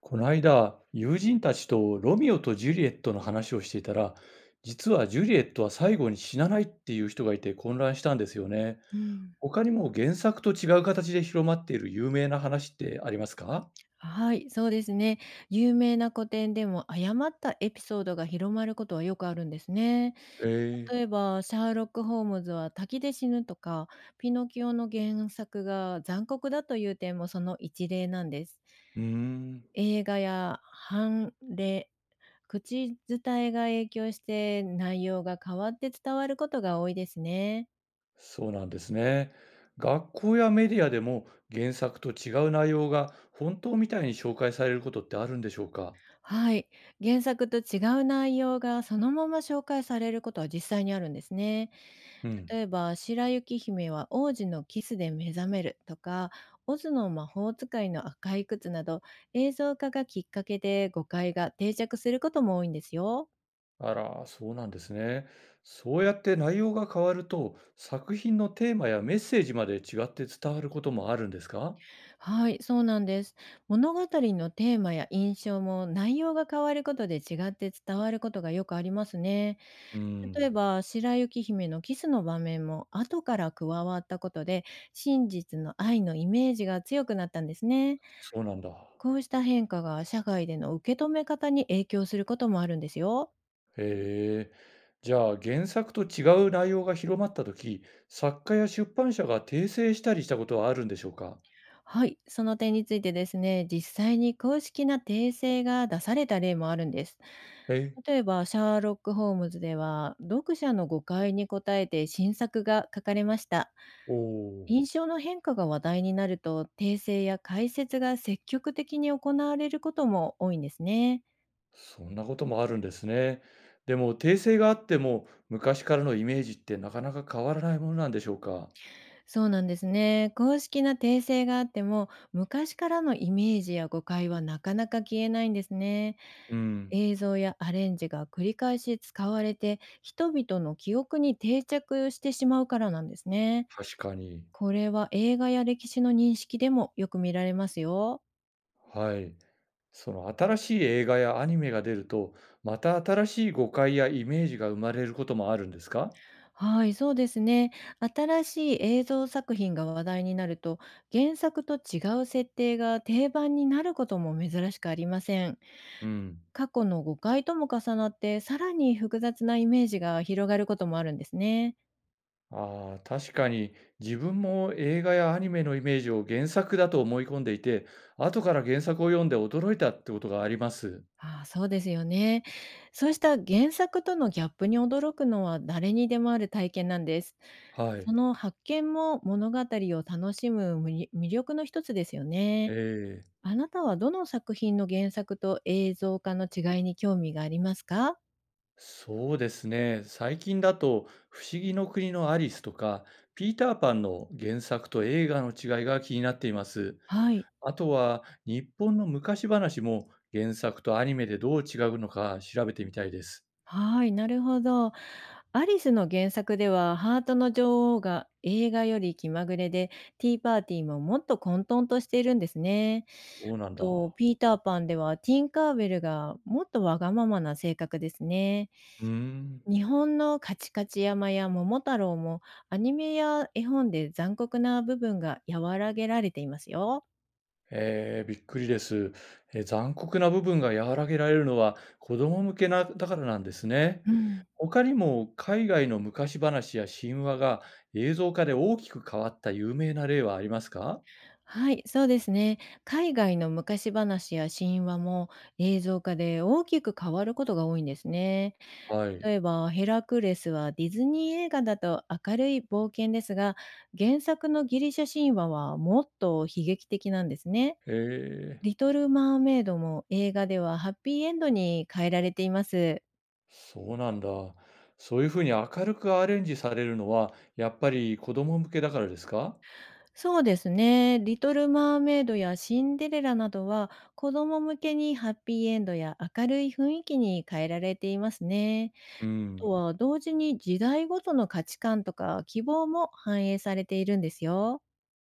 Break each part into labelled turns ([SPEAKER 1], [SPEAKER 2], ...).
[SPEAKER 1] この間、友人たちとロミオとジュリエットの話をしていたら、実はジュリエットは最後に死なないっていう人がいて混乱したんですよね。
[SPEAKER 2] うん、
[SPEAKER 1] 他にも原作と違う形で広まっている有名な話ってありますか？
[SPEAKER 2] はい、そうですね。有名な古典でも誤ったエピソードが広まることはよくあるんですね。
[SPEAKER 1] え
[SPEAKER 2] 例
[SPEAKER 1] え、
[SPEAKER 2] えば、シャーロック・ホームズは滝で死ぬとか、ピノキオの原作が残酷だという点もその一例なんです。
[SPEAKER 1] うーん、
[SPEAKER 2] 映画や判例、口伝えが影響して内容が変わって伝わることが多いですね。
[SPEAKER 1] そうなんですね。学校やメディアでも原作と違う内容が本当みたいに紹介されることってあるんでしょうか？
[SPEAKER 2] はい。原作と違う内容がそのまま紹介されることは実際にあるんですね。
[SPEAKER 1] うん。
[SPEAKER 2] 例えば、白雪姫は王子のキスで目覚めるとか、オズの魔法使いの赤い靴など、映像化がきっかけで誤解が定着することも多いんですよ。
[SPEAKER 1] あら、そうなんですね。そうやって内容が変わると、作品のテーマやメッセージまで違って伝わることもあるんですか？
[SPEAKER 2] はい、そうなんです。物語のテーマや印象も内容が変わることで違って伝わることがよくありますね。
[SPEAKER 1] うー
[SPEAKER 2] 例え
[SPEAKER 1] ん。
[SPEAKER 2] ば、白雪姫のキスの場面も後から加わったことで、真実の愛のイメージが強くなったんですね。
[SPEAKER 1] そうなんだ。
[SPEAKER 2] こうした変化が社会での受け止め方に影響することもあるんですよ。
[SPEAKER 1] へえ。じゃあ、原作と違う内容が広まったとき、作家や出版社が訂正したりしたことはあるんでしょうか？
[SPEAKER 2] はい、その点についてですね、実際に公式な訂正が出された例もあるんです。
[SPEAKER 1] え、
[SPEAKER 2] 例えば、シャーロック・ホームズでは、読者の誤解に応えて新作が書かれました。
[SPEAKER 1] お、お、
[SPEAKER 2] 印象の変化が話題になると訂正や解説が積極的に行われることも多いんですね。
[SPEAKER 1] そんなこともあるんですね。でも、訂正があっても、昔からのイメージってなかなか変わらないものなんでしょうか？
[SPEAKER 2] そうなんですね。公式な訂正があっても昔からのイメージや誤解はなかなか消えないんですね。
[SPEAKER 1] うん。
[SPEAKER 2] 映像やアレンジが繰り返し使われて人々の記憶に定着してしまうからなんですね。
[SPEAKER 1] 確かに。
[SPEAKER 2] これは映画や歴史の認識でもよく見られますよ。
[SPEAKER 1] はい。その新しい映画やアニメが出ると、また新しい誤解やイメージが生まれることもあるんですか？
[SPEAKER 2] はい、そうですね。新しい映像作品が話題になると、原作と違う設定が定番になることも珍しくありません。
[SPEAKER 1] うん。
[SPEAKER 2] 過去の誤解とも重なって、さらに複雑なイメージが広がることもあるんですね。
[SPEAKER 1] ああ、確かに、自分も映画やアニメのイメージを原作だと思い込んでいて、後から原作を読んで驚いたってことがあります。
[SPEAKER 2] ああ、そうですよね。そうした原作とのギャップに驚くのは誰にでもある体験なんです。
[SPEAKER 1] は
[SPEAKER 2] そ
[SPEAKER 1] い。
[SPEAKER 2] の発見も物語を楽しむ魅力の一つですよね。
[SPEAKER 1] ええ、
[SPEAKER 2] あなたはどの作品の原作と映像化の違いに興味がありますか？
[SPEAKER 1] そうですね。最近だと、不思議の国のアリスとか、ピーターパンの原作と映画の違いが気になっています。
[SPEAKER 2] はい。
[SPEAKER 1] あとは、日本の昔話も原作とアニメでどう違うのか調べてみたいです。
[SPEAKER 2] はい、なるほど。アリスの原作では、ハートの女王が映画より気まぐれで、ティーパーティーももっと混沌としているんですね。
[SPEAKER 1] そう
[SPEAKER 2] あ
[SPEAKER 1] なん
[SPEAKER 2] と、
[SPEAKER 1] だ。
[SPEAKER 2] ピーターパンでは、ティンカーベルがもっとわがままな性格ですね。
[SPEAKER 1] うーん。
[SPEAKER 2] 日本のカチカチ山や桃太郎も、アニメや絵本で残酷な部分が和らげられていますよ。
[SPEAKER 1] えー、びっくりです、残酷な部分が和らげられるのは子供向けなだからなんですね。
[SPEAKER 2] うん。
[SPEAKER 1] 他にも海外の昔話や神話が映像化で大きく変わった有名な例はありますか？
[SPEAKER 2] はい、そうですね。海外の昔話や神話も映像化で大きく変わることが多いんですね。
[SPEAKER 1] はい。
[SPEAKER 2] 例えば、ヘラクレスはディズニー映画だと明るい冒険ですが、原作のギリシャ神話はもっと悲劇的なんですね。
[SPEAKER 1] へえ、
[SPEAKER 2] リトル・マーメイドも映画ではハッピーエンドに変えられています。
[SPEAKER 1] そうなんだ。そういうふうに明るくアレンジされるのはやっぱり子供向けだからですか？
[SPEAKER 2] そうですね。リトル・マーメイドやシンデレラなどは子供向けにハッピーエンドや明るい雰囲気に変えられていますね。
[SPEAKER 1] う
[SPEAKER 2] と
[SPEAKER 1] ん、
[SPEAKER 2] は同時に時代ごとの価値観とか希望も反映されているんですよ。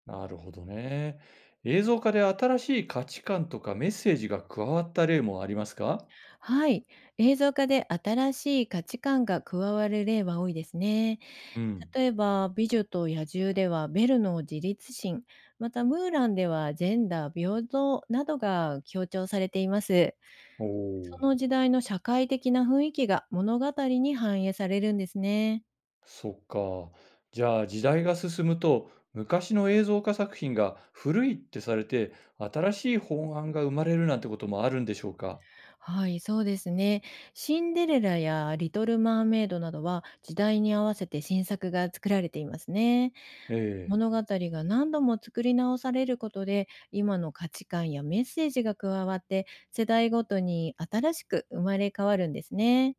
[SPEAKER 1] なるほどね。映像化で新しい価値観とかメッセージが加わった例もありますか？
[SPEAKER 2] はい。映像化で新しい価値観が加わる例は多いですね。
[SPEAKER 1] うん。
[SPEAKER 2] 例えば、美女と野獣ではベルの自立心、またムーランではジェンダー平等などが強調されています。
[SPEAKER 1] お
[SPEAKER 2] そ
[SPEAKER 1] お、
[SPEAKER 2] の時代の社会的な雰囲気が物語に反映されるんですね。
[SPEAKER 1] そっか。じゃあ時代が進むと昔の映像化作品が古いってされて新しい本案が生まれるなんてこともあるんでしょうか？
[SPEAKER 2] はい、そうですね。シンデレラやリトル・マーメイドなどは時代に合わせて新作が作られていますね。
[SPEAKER 1] ええ、
[SPEAKER 2] 物語が何度も作り直されることで今の価値観やメッセージが加わって世代ごとに新しく生まれ変わるんですね。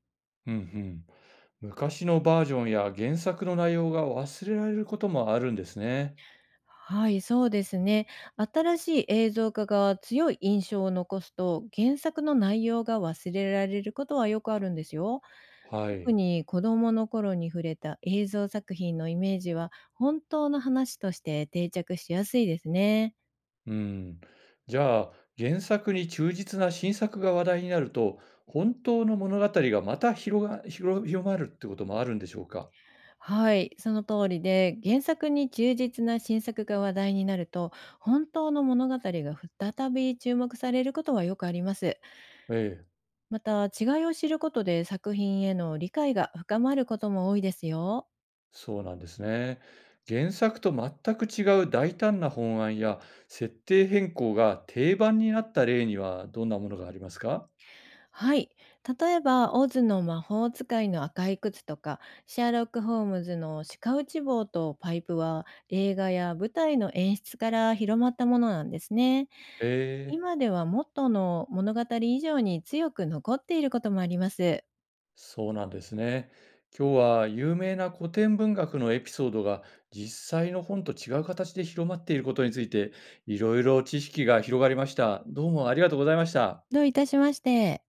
[SPEAKER 1] うんうん。昔のバージョンや原作の内容が忘れられることもあるんですね。
[SPEAKER 2] はい、そうですね。新しい映像化が強い印象を残すと、原作の内容が忘れられることはよくあるんですよ。
[SPEAKER 1] は
[SPEAKER 2] 特
[SPEAKER 1] い。
[SPEAKER 2] に子供の頃に触れた映像作品のイメージは、本当の話として定着しやすいですね。
[SPEAKER 1] うん。じゃあ、原作に忠実な新作が話題になると、本当の物語がまた広が広広まるってこともあるんでしょうか？
[SPEAKER 2] はい、その通りで、原作に忠実な新作が話題になると、本当の物語が再び注目されることはよくあります。
[SPEAKER 1] ええ、
[SPEAKER 2] また、違いを知ることで作品への理解が深まることも多いですよ。
[SPEAKER 1] そうなんですね。原作と全く違う大胆な本案や設定変更が定番になった例にはどんなものがありますか？
[SPEAKER 2] はい。例えば、オズの魔法使いの赤い靴とか、シャーロック・ホームズの鹿打ち棒とパイプは、映画や舞台の演出から広まったものなんですね。
[SPEAKER 1] ええ。
[SPEAKER 2] 今では、元の物語以上に強く残っていることもあります。
[SPEAKER 1] そうなんですね。今日は有名な古典文学のエピソードが実際の本と違う形で広まっていることについていろいろ知識が広がりました。どうもありがとうございました。
[SPEAKER 2] どういたしまして。